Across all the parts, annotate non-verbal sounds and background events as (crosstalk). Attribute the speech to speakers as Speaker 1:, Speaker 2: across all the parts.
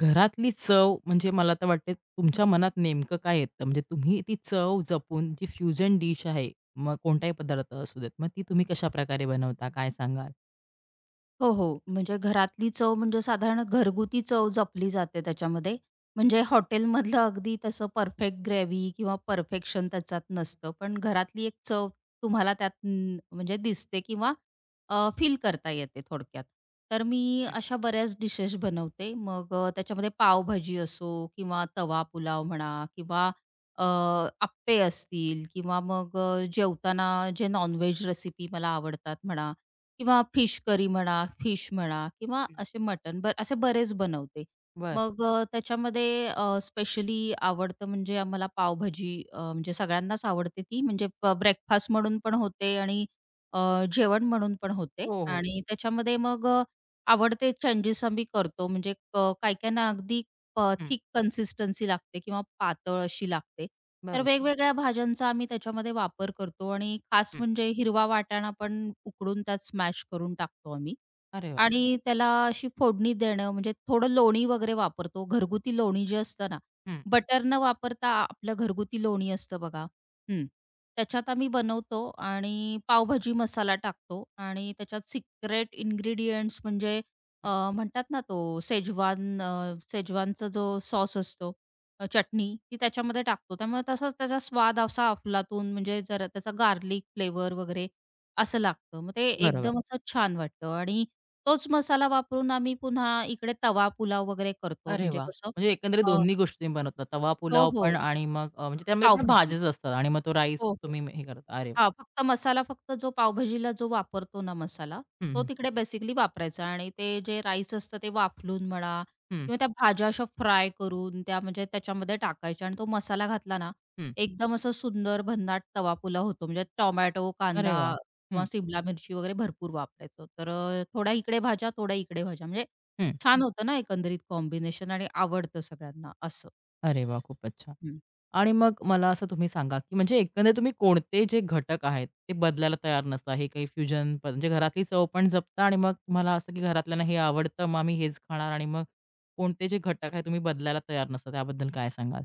Speaker 1: घरातली चव म्हणजे मला तर वाटते तुमच्या मनात नेमकं काय येतं? म्हणजे तुम्ही ती चव जपून जी फ्युजन डिश आहे, मग कोणताही पदार्थ असू देत, मग ती तुम्ही कशाप्रकारे बनवता? काय सांगाल?
Speaker 2: हो, हो. म्हणजे घरातली चव म्हणजे साधारण घरगुती चव जपली जाते त्याच्यामध्ये. म्हणजे हॉटेलमधलं अगदी तसं परफेक्ट ग्रेव्ही किंवा परफेक्शन त्याच्यात नसतं. पण घरातली एक चव तुम्हाला त्यात म्हणजे दिसते किंवा फील करता येते थोडक्यात. तर मी
Speaker 1: हं,
Speaker 2: अशा बऱ्याच डिशेस बनवते. मग त्याच्यामध्ये पावभाजी असो किंवा तवा पुलाव म्हणा किंवा अ, अप्पे असतील किंवा मग जेवताना जे नॉन रेसिपी मला आवडतात म्हणा किंवा फिश करी म्हणा, फिश म्हणा किंवा
Speaker 1: हं.
Speaker 2: असे मटण असे बरेच बनवते.
Speaker 1: बरं.
Speaker 2: मग त्याच्यामध्ये स्पेशली आवडतं म्हणजे आम्हाला पावभाजी म्हणजे सगळ्यांनाच आवडते ती म्हणजे ब्रेकफास्ट म्हणून पण होते आणि अ, जेवण म्हणून पण होते
Speaker 1: हो, हो.
Speaker 2: आणि त्याच्यामध्ये मग आवडते चेंजेस आम्ही करतो म्हणजे काही काहींना अगदी
Speaker 1: हं.
Speaker 2: थिक कन्सिस्टन्सी लागते किंवा पातळ अशी लागते. तर
Speaker 1: बरोबर.
Speaker 2: वेगवेगळ्या भाज्यांचा आम्ही त्याच्यामध्ये वापर करतो आणि खास
Speaker 1: हं.
Speaker 2: म्हणजे हिरवा वाटाणा पण उकडून त्यात स्मॅश करून टाकतो आम्ही
Speaker 1: अरे वाह!
Speaker 2: आणि त्याला अशी फोडणी देणं म्हणजे थोडं लोणी वगैरे वापरतो. घरगुती लोणी जे असतं ना,
Speaker 1: हं,
Speaker 2: बटर न वापरता आपलं घरगुती लोणी असतं बघा. हं. त्याच्यात आम्ही बनवतो आणि पावभाजी मसाला टाकतो आणि त्याच्यात सिक्रेट इन्ग्रीडियंट्स म्हणजे
Speaker 1: हं.
Speaker 2: म्हणतात ना तो शेजवान शेजवानचा जो सॉस असतो, चटणी ती त्याच्यामध्ये टाकतो. त्यामुळे तसाच त्याचा स्वाद असा अफलातून म्हणजे जरा त्याचा गार्लिक फ्लेवर वगैरे असं लागतं. मग ते
Speaker 1: बरोबर.
Speaker 2: एकदम असं छान वाटतं आणि तोच मसाला वापरून आम्ही पुन्हा इकडे तवा पुलाव वगैरे करतो.
Speaker 1: अरे
Speaker 2: म्हणजे
Speaker 1: वाह!
Speaker 2: कसं
Speaker 1: म्हणजे एकंदरीत
Speaker 2: अ,
Speaker 1: दोन्ही गोष्टी तुम्ही बनवता. तवा
Speaker 2: हो,
Speaker 1: पुलाव पण
Speaker 2: हो.
Speaker 1: आणि मग म्हणजे त्यामध्ये पण
Speaker 2: पावभाजी.
Speaker 1: भाज्याच असतात आणि मग तो राईस
Speaker 2: हो, हो.
Speaker 1: तुम्ही हे करता. अरे वाह!
Speaker 2: हां, फक्त मसाला फक्त जो पावभाजीला जो वापरतो ना मसाला,
Speaker 1: हं,
Speaker 2: तो
Speaker 1: हं.
Speaker 2: तिकडे बेसिकली वापरायचा आणि ते जे राईस असतं ते वाफलून म्हणा
Speaker 1: हं,
Speaker 2: किंवा त्या भाज्या अशा फ्राय करून त्या म्हणजे त्याच्यामध्ये टाकायच्या आणि तो मसाला घातला ना,
Speaker 1: हं.
Speaker 2: एकदम असं सुंदर भन्नाट तवा पुलाव होतो. म्हणजे टोमॅटो,
Speaker 1: अरे
Speaker 2: कांदा
Speaker 1: वाह!
Speaker 2: किंवा
Speaker 1: हं,
Speaker 2: सिमला मिरची वगैरे भरपूर वापरायचो. तर थोड्या इकडे भाज्या, थोड्या इकडे भाज्या म्हणजे
Speaker 1: हं.
Speaker 2: छान होतं ना एकंदरीत कॉम्बिनेशन आणि आवडतं सगळ्यांना असं.
Speaker 1: अरे वाह! खूपच छान. आणि मग मला असं तुम्ही सांगा, की म्हणजे एकंदरीत तुम्ही कोणते जे घटक आहेत, ते बदलायला तयार नसता. हे काही फ्युजन पण म्हणजे घरातली चव पण जपता आणि मग तुम्हाला असं, की घरातल्यांना हे आवडतं, मग आम्ही हेच खाणार आणि मग कोणते जे घटक आहेत, तुम्ही बदलायला तयार नसता, त्याबद्दल काय सांगाल?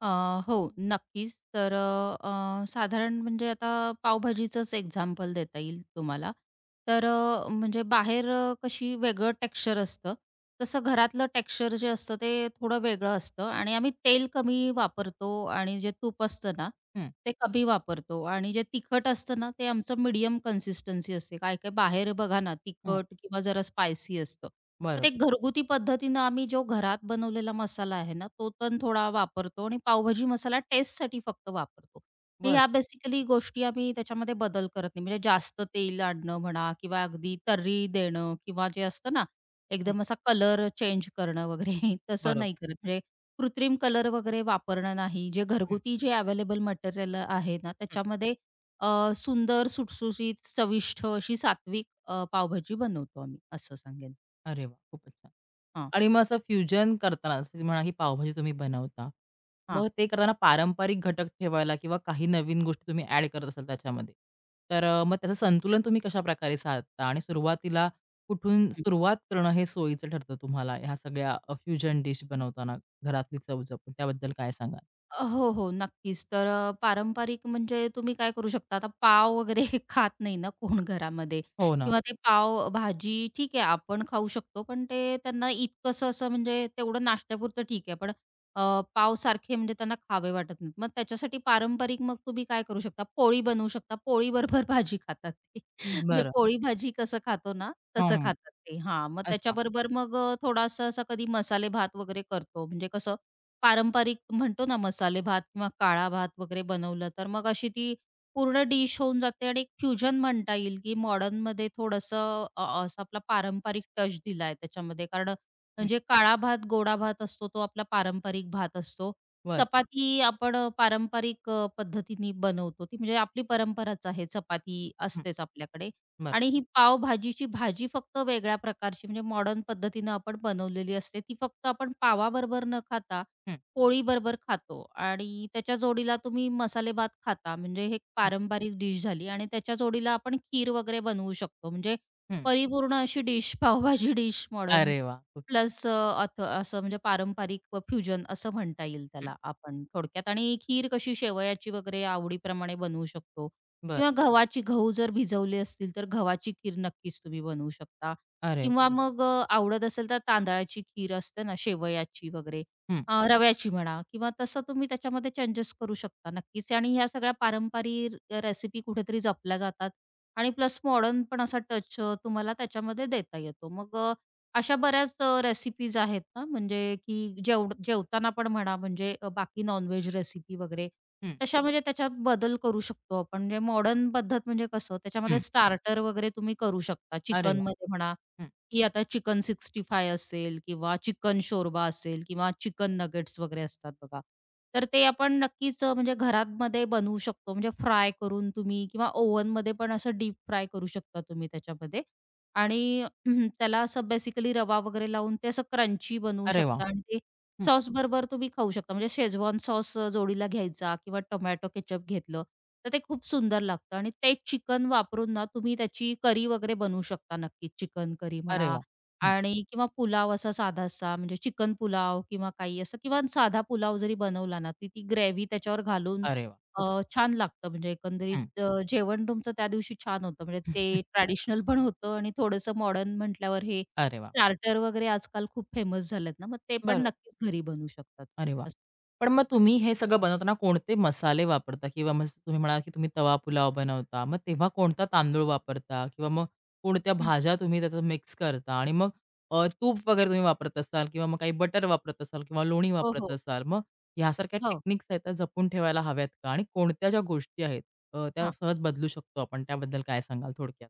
Speaker 2: अ, हो, नक्कीच. तर अ, अ, साधारण म्हणजे आता पावभाजीचंच एक्झाम्पल देता येईल तुम्हाला. तर म्हणजे बाहेर कशी वेगळं टेक्स्चर असतं, तसं घरातलं टेक्स्चर जे असतं ते थोडं वेगळं असतं आणि आम्ही तेल कमी वापरतो आणि जे तूप असतं ना
Speaker 1: हं,
Speaker 2: ते कमी वापरतो आणि जे तिखट असतं ना, ते आमचं मीडियम कन्सिस्टन्सी असते. काय-काय बाहेर बघा ना,
Speaker 1: हं.
Speaker 2: तिखट किंवा जरा स्पायसी असतं. तर
Speaker 1: बरोबर.
Speaker 2: ते घरगुती पद्धतीनं आम्ही जो घरात बनवलेला मसाला आहे ना, तो पण थोडा वापरतो आणि पावभाजी मसाला टेस्टसाठी फक्त वापरतो. तर
Speaker 1: बरं.
Speaker 2: ह्या बेसिकली गोष्टी आम्ही त्याच्यामध्ये बदल करत नाही. म्हणजे जास्त तेल आणणं म्हणा किंवा अगदी तर्री देणं किंवा जे असतं ना,
Speaker 1: हं.
Speaker 2: एकदम असा कलर चेंज करणं वगैरे (laughs) तसं नाही
Speaker 1: बरोबर.
Speaker 2: करत. म्हणजे कृत्रिम कलर वगैरे वापरणं नाही. जे
Speaker 1: हं,
Speaker 2: घरगुती जे अवेलेबल मटेरियल आहे ना,
Speaker 1: हं.
Speaker 2: त्याच्यामध्ये अ, सुंदर, सुटसुशीत, चविष्ट अशी सात्विक पावभाजी बनवतो आम्ही असं सांगेन.
Speaker 1: अरे वाह! खूपच छान.
Speaker 2: हां,
Speaker 1: आणि मग असं फ्युजन करताना जसं की म्हणा की पावभाजी तुम्ही बनवता.
Speaker 2: हां.
Speaker 1: मग ते करताना पारंपरिक घटक ठेवायला किंवा काही नवीन गोष्टी तुम्ही ॲड करत असाल त्याच्यामध्ये. तर मग त्याचं संतुलन तुम्ही कशाप्रकारे साधता आणि सुरुवातीला कुठून सुरुवात करणं हे सोयीचं ठरतं तुम्हाला ह्या सगळ्या फ्युजन डिश बनवताना घरातली चव जपून? त्याबद्दल काय सांगाल?
Speaker 2: हो, हो. नक्कीच. तर पारंपरिक म्हणजे तुम्ही काय करू शकता, आता पाव वगैरे (laughs) खात नाही ना कोण घरामध्ये
Speaker 1: हो ना.
Speaker 2: किंवा ते पाव-भाजी ठीक आहे, आपण खाऊ शकतो. पण ते त्यांना इतकंसं असं म्हणजे तेवढं नाश्त्यापुरतं ठीक आहे. पण अ, पावसारखे म्हणजे त्यांना खावे वाटत नाहीत. मग त्याच्यासाठी पारंपरिक मग तुम्ही काय करू शकता, पोळी बनवू शकता. पोळीबरोबर (laughs) भाजी खातात ते. (laughs) म्हणजे
Speaker 1: बरं.
Speaker 2: पोळी भाजी कसं खातो ना,
Speaker 1: हं,
Speaker 2: तसं
Speaker 1: हं.
Speaker 2: खातात ते. हां, मग
Speaker 1: अच्छा.
Speaker 2: त्याच्याबरोबर मग थोडासा असा कधी मसाले भात वगैरे करतो. म्हणजे कसं पारंपरिक म्हणतो ना मसाले भात किंवा काळा भात वगैरे बनवलं तर मग अशी ती पूर्ण डिश होऊन जाते आणि एक फ्युजन म्हणता येईल, की मॉडर्नमध्ये थोडंसं असं आपला पारंपरिक टच दिलाय त्याच्यामध्ये. कारण
Speaker 1: हं.
Speaker 2: म्हणजे काळा भात, गोडा भात असतो तो आपला पारंपरिक भात असतो.
Speaker 1: बरं.
Speaker 2: चपाती आपण पारंपरिक पद्धतीने बनवतो. ती म्हणजे आपली परंपराच आहे चपाती
Speaker 1: हं.
Speaker 2: असतेच आपल्याकडे.
Speaker 1: बरं.
Speaker 2: आणि ही पावभाजीची भाजी फक्त वेगळ्या प्रकारची म्हणजे मॉडर्न पद्धतीनं आपण बनवलेली असते. ती फक्त आपण पावाबरोबर न खाता
Speaker 1: हं,
Speaker 2: पोळीबरोबर खातो आणि त्याच्या जोडीला तुम्ही मसाले भात खाता, म्हणजे हे एक
Speaker 1: हं,
Speaker 2: पारंपरिक डिश झाली आणि त्याच्या जोडीला आपण खीर वगैरे बनवू शकतो. म्हणजे
Speaker 1: हं.
Speaker 2: परिपूर्ण अशी डिश, (laughs) पावभाजी डिश मॉडर्न
Speaker 1: अरे वाह! खूप
Speaker 2: प्लस असं म्हणजे पारंपरिक व फ्युजन असं म्हणता येईल
Speaker 1: हं.
Speaker 2: त्याला आपण थोडक्यात. आणि खीर कशी शेवयाची वगैरे आवडीप्रमाणे बनवू शकतो
Speaker 1: बरं.
Speaker 2: किंवा गव्हाची गहू जर भिजवले असतील, तर गव्हाची खीर नक्कीच तुम्ही बनवू शकता
Speaker 1: अरे वाह!
Speaker 2: किंवा हं. मग आवडत असेल तर तांदळाची खीर असते ना शेवयाची वगैरे,
Speaker 1: हं,
Speaker 2: रव्याची म्हणा किंवा तसं तुम्ही त्याच्यामध्ये चेंजेस करू शकता नक्कीच आणि ह्या सगळ्या पारंपरिक रेसिपी कुठेतरी जपल्या जातात आणि प्लस मॉडर्न पण असा टच तुम्हाला त्याच्यामध्ये देता येतो. मग अशा बऱ्याच रेसिपीज आहेत ना म्हणजे की जेवताना पण म्हणा म्हणजे बाकी नॉनव्हेज रेसिपी वगैरे
Speaker 1: हं,
Speaker 2: तशा म्हणजे त्याच्यात बदल करू शकतो आपण. म्हणजे मॉडर्न पद्धत म्हणजे कसं त्याच्यामध्ये
Speaker 1: हं.
Speaker 2: स्टार्टर वगैरे तुम्ही करू शकता
Speaker 1: अरे वाह!
Speaker 2: चिकनमध्ये म्हणा
Speaker 1: हं.
Speaker 2: की आता चिकन 65 असेल किंवा चिकन शोरबा असेल किंवा चिकन नगेट्स वगैरे असतात बघा. तर ते आपण नक्कीच म्हणजे घरामध्ये बनवू शकतो. म्हणजे फ्राय करून तुम्ही किंवा ओव्हनमध्ये पण असं डीप फ्राय करू शकता तुम्ही त्याच्यामध्ये आणि त्याला असं बेसिकली रवा वगैरे लावून ते असं क्रंची बनवू
Speaker 1: अरे वाह!
Speaker 2: शकता आणि ते सॉसबरोबर तुम्ही खाऊ शकता. म्हणजे शेजवान सॉस जोडीला घ्यायचा किंवा टोमॅटो केचअप घेतलं तर ते खूप सुंदर लागतं आणि ते चिकन वापरून ना तुम्ही त्याची करी वगैरे बनवू शकता नक्कीच. चिकन करी
Speaker 1: अरे
Speaker 2: म्हणा
Speaker 1: वाह! हं.
Speaker 2: आणि किंवा पुलाव असा साधासा म्हणजे चिकन पुलाव किंवा काही असं किंवा साधा पुलाव जरी बनवला ना, ती ती ग्रेव्ही त्याच्यावर घालून
Speaker 1: अरे वाह! खूप
Speaker 2: अ, छान लागतं म्हणजे
Speaker 1: हं.
Speaker 2: एकंदरीत जेवण तुमचं त्या दिवशी छान होतं. म्हणजे ते ट्रॅडिशनल पण होतं आणि थोडंसं मॉडर्न म्हटल्यावर हे
Speaker 1: अरे वाह!
Speaker 2: स्टार्टर वगैरे आजकाल खूप फेमस झालेत ना, मग ते पण
Speaker 1: बरोबर.
Speaker 2: नक्कीच घरी बनवू शकतात.
Speaker 1: अरे वाह!
Speaker 2: असं.
Speaker 1: पण मग तुम्ही हे सगळं बनवताना कोणते मसाले वापरता? किंवा मग जसं तुम्ही म्हणालात, की तुम्ही तवा पुलाव बनवता. मग तेव्हा कोणता तांदूळ वापरता? किंवा मग कोणत्या
Speaker 2: हं.
Speaker 1: भाज्या तुम्ही त्याचं मिक्स करता? आणि मग तूप वगैरे तुम्ही वापरत असाल किंवा मग काही बटर वापरत असाल किंवा लोणी
Speaker 2: हो,
Speaker 1: वापरत
Speaker 2: हो.
Speaker 1: असाल. मग ह्यासारख्या
Speaker 2: हो.
Speaker 1: टेक्निक्स आहेत त्या जपून ठेवायला हव्यात का? आणि कोणत्या ज्या गोष्टी आहेत त्या
Speaker 2: हां.
Speaker 1: सहज बदलू शकतो आपण त्याबद्दल काय सांगाल थोडक्यात?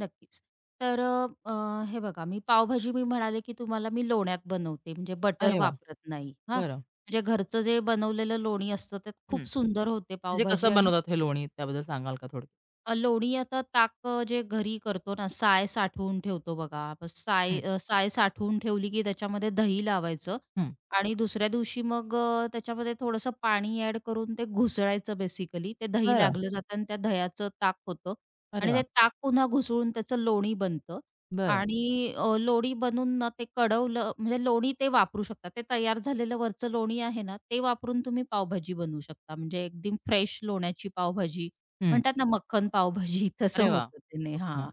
Speaker 2: नक्कीच. तर अ, अ, हे बघा मी पावभाजी मी म्हणाले, की तुम्हाला मी लोण्यात बनवते म्हणजे बटर
Speaker 1: अरे वाह!
Speaker 2: वापरत नाही. हां,
Speaker 1: बरं.
Speaker 2: म्हणजे घरचं जे बनवलेलं लोणी असतं, त्यात
Speaker 1: हं.
Speaker 2: खूप सुंदर होते
Speaker 1: म्हणजे
Speaker 2: पावभाजी
Speaker 1: कसं
Speaker 2: आणि
Speaker 1: बनवतात हे लोणी? त्याबद्दल सांगाल का थोडं?
Speaker 2: लोणी आता ताक जे घरी करतो ना, साय साठवून ठेवतो बघा. मग साय
Speaker 1: हं,
Speaker 2: साय साठवून ठेवली की त्याच्यामध्ये दही लावायचं
Speaker 1: हं.
Speaker 2: आणि दुसऱ्या दिवशी मग त्याच्यामध्ये थोडंसं पाणी ॲड करून ते घुसळायचं बेसिकली. ते दही
Speaker 1: बरं.
Speaker 2: लागलं जातं आणि त्या दह्याचं ताक होतं
Speaker 1: अरे
Speaker 2: आणि
Speaker 1: वाह!
Speaker 2: ते ताक पुन्हा घुसळून त्याचं लोणी बनतं
Speaker 1: बरं.
Speaker 2: आणि लोणी बनवून ना ते कडवलं म्हणजे लोणी ते वापरू शकता. ते तयार झालेलं वरचं लोणी आहे ना, ते वापरून तुम्ही पावभाजी बनवू शकता. म्हणजे एकदम फ्रेश लोण्याची पावभाजी
Speaker 1: हं.
Speaker 2: म्हणतात ना मक्खन पावभाजी (laughs) तसं
Speaker 1: अरे वाह!
Speaker 2: होतं त्याने
Speaker 1: खूप छान.
Speaker 2: हां.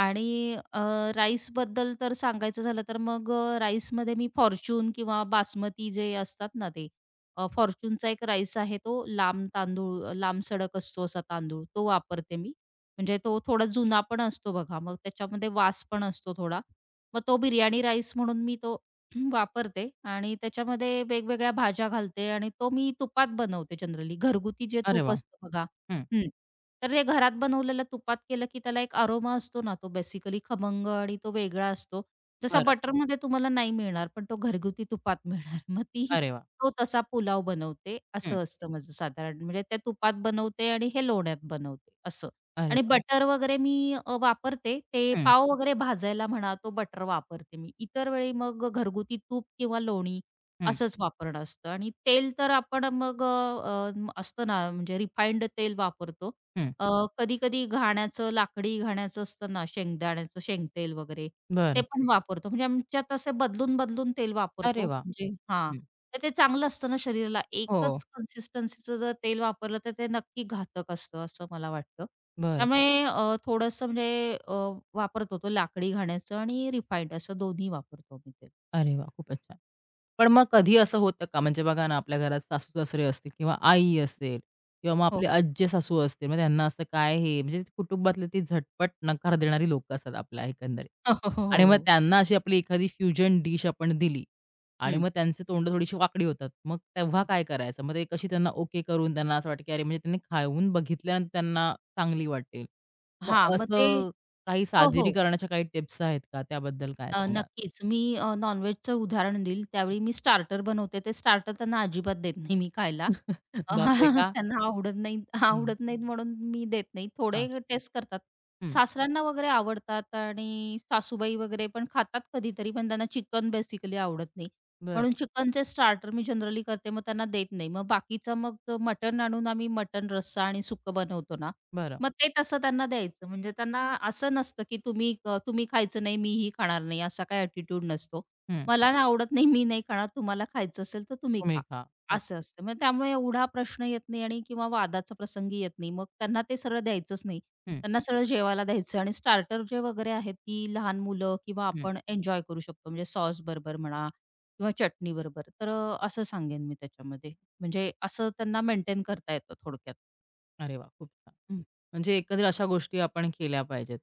Speaker 2: आणि राईसबद्दल तर सांगायचं झालं तर मग राईसमध्ये मी फॉर्च्यून किंवा बासमती जे असतात ना ते फॉर्च्यूनचा एक राईस आहे तो लांब तांदूळ लांबसडक असतो असा तांदूळ तो वापरते मी. म्हणजे तो थोडा जुना पण असतो बघा मग त्याच्यामध्ये वास पण असतो थोडा. मग तो बिर्याणी राईस म्हणून मी तो (clears throat) वापरते आणि त्याच्यामध्ये वेगवेगळ्या भाज्या घालते आणि तो मी तुपात बनवते जनरली घरगुती जे
Speaker 1: अरे
Speaker 2: तूप
Speaker 1: वाह!
Speaker 2: असतं बघा.
Speaker 1: हं.
Speaker 2: हं. तर हे घरात बनवलेलं तुपात केलं की त्याला एक अरोमा असतो ना, तो बेसिकली खमंग आणि तो वेगळा असतो. जसा
Speaker 1: बरं.
Speaker 2: बटरमध्ये तुम्हाला नाही मिळणार, पण तो घरगुती तुपात (laughs) मिळणार. मग
Speaker 1: अरे वाह!
Speaker 2: तो तसा पुलाव बनवते,
Speaker 1: हं.
Speaker 2: असं असतं माझं साधारण. म्हणजे ते तुपात बनवते आणि हे लोण्यात बनवते असं.
Speaker 1: अरे
Speaker 2: आणि
Speaker 1: वाह!
Speaker 2: बटर वगैरे मी वापरते. ते
Speaker 1: हं,
Speaker 2: पाव वगैरे भाजायला म्हणा, तो बटर वापरते मी. इतर वेळी मग घरगुती तूप किंवा लोणी
Speaker 1: हं,
Speaker 2: असंच वापरणं असतं आणि तेल तर आपण मग अ, अ, असतं ना म्हणजे रिफाइंड तेल वापरतो.
Speaker 1: हं.
Speaker 2: अ, कधी-कधी घाण्याचं, लाकडी घाण्याचं असतं ना, शेंगदाण्याचं शेंगतेल वगैरे, ते
Speaker 1: बरं.
Speaker 2: पण वापरतो. म्हणजे आमच्यात असे बदलून-बदलून तेल
Speaker 1: अरे
Speaker 2: वापरतो.
Speaker 1: वाह!
Speaker 2: म्हणजे हां,
Speaker 1: हं.
Speaker 2: तर ते चांगलं असतं ना शरीराला.
Speaker 1: हो.
Speaker 2: एकच कन्सिस्टन्सीचं जर तेल वापरलं, तर ते नक्की घातक असतं, असं मला वाटतं.
Speaker 1: बरं.
Speaker 2: त्यामुळे थोडंसं म्हणजे वापरतो तो लाकडी घाण्याचं आणि रिफाईंड असं दोन्ही वापरतो आम्ही तेल.
Speaker 1: अरे वाह! खूपच छान. पण मग कधी असं होतं का? म्हणजे बघा ना, आपल्या घरात सासू-सासरे असतील किंवा आई असेल किंवा मग
Speaker 2: हो,
Speaker 1: आपले
Speaker 2: हो.
Speaker 1: आज्जे-सासू असतील. मग त्यांना असं काय हे म्हणजे कुटुंबातले ती झटपट नकार देणारी लोकं असतात आपल्या एकंदरीत.
Speaker 2: हो, हो, हो,
Speaker 1: आणि मग
Speaker 2: हो.
Speaker 1: त्यांना अशी आपली एखादी फ्युजन डिश आपण दिली आणि
Speaker 2: हं.
Speaker 1: मग त्यांची तोंड थोडीशी वाकडी होतात. मग तेव्हा काय करायचं? मग ते कशी त्यांना ओके करून त्यांना असं वाटतं, की अरे म्हणजे त्यांनी खाऊन बघितल्यानंतर त्यांना चांगली वाटेल.
Speaker 2: हां,
Speaker 1: मग
Speaker 2: मग ते
Speaker 1: असं काही
Speaker 2: हो, हो.
Speaker 1: सादरीकरणाच्या काही टिप्स आहेत का? त्याबद्दल काय सांगाल?
Speaker 2: नक्कीच. मी नॉन-व्हेजचं उदाहरण देईल. त्यावेळी मी स्टार्टर बनवते. ते स्टार्टर त्यांना अजिबात देत नाही मी खायला.
Speaker 1: (laughs)
Speaker 2: अ,
Speaker 1: बापरे!
Speaker 2: (laughs)
Speaker 1: का?
Speaker 2: त्यांना आवडत नाही
Speaker 1: हं.
Speaker 2: आवडत नाहीत म्हणून मी देत नाही.
Speaker 1: हां.
Speaker 2: थोडे टेस्ट करतात.
Speaker 1: हं.
Speaker 2: सासऱ्यांना वगैरे आवडतात आणि सासूबाई वगैरे पण खातात कधीतरी, पण त्यांना चिकन बेसिकली आवडत नाही. म्हणून
Speaker 1: बरं,
Speaker 2: चिकनचे स्टार्टर मी जनरली करते, मग त्यांना देत नाही. मग बाकीचं मग मटण आणून आम्ही मटण रस्सा आणि सुक्कं बनवतो ना,
Speaker 1: बरं.
Speaker 2: मग ते तसं त्यांना द्यायचं. म्हणजे त्यांना असं नसतं, की तुम्ही खायचं नाही, मीही खाणार नाही, असा काही ॲटिट्यूड नसतो.
Speaker 1: हं.
Speaker 2: मला ना आवडत नाही, मी नाही खाणार, तुम्हाला खायचं असेल तर तुम्ही
Speaker 1: तुम्ही
Speaker 2: खा,
Speaker 1: खा. अच्छा.
Speaker 2: असं असतं. मग त्यामुळे एवढा प्रश्न येत नाही आणि किंवा वादाचा प्रसंगी येत नाही. मग त्यांना ते सरळ द्यायचंच नाही.
Speaker 1: हं,
Speaker 2: त्यांना सरळ जेवायला द्यायचं आणि स्टार्टर जे वगैरे आहेत, ती लहान मुलं किंवा
Speaker 1: हं.
Speaker 2: आपण एन्जॉय करू शकतो. म्हणजे सॉस बरोबर म्हणा किंवा चटणी बरोबर. तर असं सांगेन मी त्याच्यामध्ये. म्हणजे असं त्यांना मेंटेन करता येतं थोडक्यात.
Speaker 1: अरे वाह! खूप छान.
Speaker 2: हं.
Speaker 1: म्हणजे एकंदरीत अशा गोष्टी आपण केल्या पाहिजेत.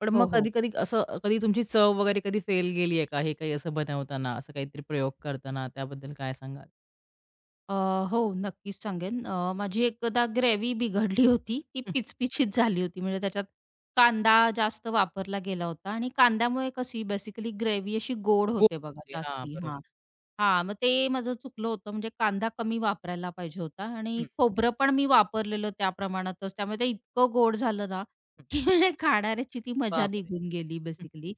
Speaker 1: पण मग
Speaker 2: हो, हो.
Speaker 1: कधी-कधी असं कधी तुमची चव वगैरे कधी फेल गेली आहे का? हे काही असं बनवताना, असं काहीतरी प्रयोग करताना त्याबद्दल काय सांगाल?
Speaker 2: अ, हो, नक्कीच सांगेन. माझी एकदा ग्रेव्ही बिघडली होती. ती
Speaker 1: हं,
Speaker 2: पिचपिचीत झाली होती. म्हणजे त्याच्यात कांदा जास्त वापरला गेला होता आणि कांद्यामुळे कशी बेसिकली ग्रेव्ही अशी गोड
Speaker 1: हो.
Speaker 2: होते बघा
Speaker 1: हां,
Speaker 2: जास्ती.
Speaker 1: बरोबर.
Speaker 2: हां. हां, मग ते माझं चुकलं होतं. म्हणजे कांदा कमी वापरायला पाहिजे होता आणि
Speaker 1: हं,
Speaker 2: खोबरं पण मी वापरलेलं त्या प्रमाणातच. त्यामुळे ते इतकं गोड झालं ना,
Speaker 1: हं.
Speaker 2: (laughs) की म्हणजे खाणाऱ्याची ती मजा
Speaker 1: बापरे!
Speaker 2: निघून गेली
Speaker 1: हं,
Speaker 2: बेसिकली.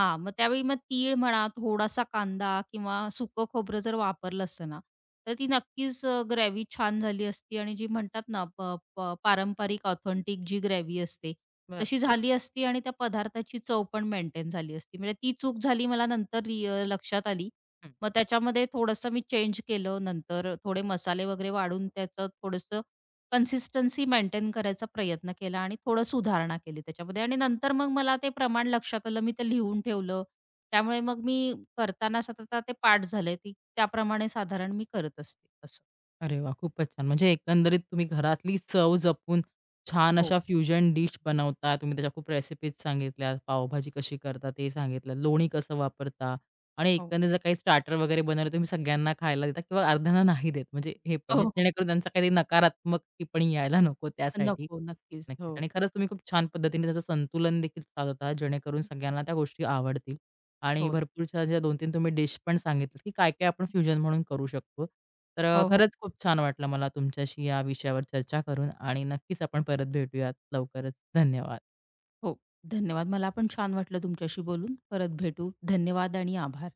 Speaker 1: बाप.
Speaker 2: मग त्यावेळी मग तीळ म्हणा, थोडासा कांदा किंवा सुकं खोबरं जर वापरलं असतं ना, तर ती नक्कीच छान झाली असती आणि जी म्हणतात ना, प प पारंपरिक ऑथेंटिक जी ग्रेव्ही असते,
Speaker 1: बरं.
Speaker 2: तशी झाली असती आणि त्या पदार्थाची चव पण मेंटेन झाली असती. म्हणजे ती चूक झाली मला नंतर लक्षात आली.
Speaker 1: हं.
Speaker 2: मग त्याच्यामध्ये थोडंसं मी चेंज केलं नंतर थोडे मसाले वगैरे वाढून त्याचं थोडंसं कन्सिस्टन्सी मेंटेन करायचा प्रयत्न केला आणि थोडं सुधारणा केली त्याच्यामध्ये आणि नंतर मग मला ते प्रमाण लक्षात आलं. मी ते लिहून ठेवलं. त्यामुळे मग मी करताना सतत ते पाठ झाले ती त्याप्रमाणे साधारण मी करत असते असं.
Speaker 1: अरे वाह! खूपच छान. म्हणजे एकंदरीत तुम्ही घरातली चव जपून छान
Speaker 2: हो,
Speaker 1: अशा फ्युजन डिश बनवता. तुम्ही त्याच्या खूप रेसिपीज सांगितल्या. पावभाजी कशी करता ते सांगितलं. लोणी कसं वापरता आणि
Speaker 2: हो.
Speaker 1: एकंदरीत जर काही स्टार्टर वगैरे बनवलं तुम्ही सगळ्यांना खायला देता किंवा अर्ध्यांना नाही देत. म्हणजे हे पण म्हणजे
Speaker 2: हो, हो.
Speaker 1: जेणेकरून त्यांचा काही नकारात्मक टिप्पणी यायला नको त्यासाठी.
Speaker 2: नको. नक्कीच. हो,
Speaker 1: नक्कीच आणि खरंच तुम्ही खूप छान पद्धतीने त्याचं संतुलन देखील साधता जेणेकरून सगळ्यांना त्या गोष्टी आवडतील. आणि
Speaker 2: हो
Speaker 1: भरपूरशा ज्या 2-3 तुम्ही डिश पण सांगितल्यात, की काय-काय आपण फ्युजन म्हणून करू शकतो. तर
Speaker 2: हो, हो,
Speaker 1: खरंच खूप छान वाटलं मला तुमच्याशी या विषयावर चर्चा करून आणि नक्कीच आपण परत भेटूयात लवकरच. धन्यवाद.
Speaker 2: हो. धन्यवाद. मला पण छान वाटलं तुमच्याशी बोलून. परत भेटू. धन्यवाद आणि आभार.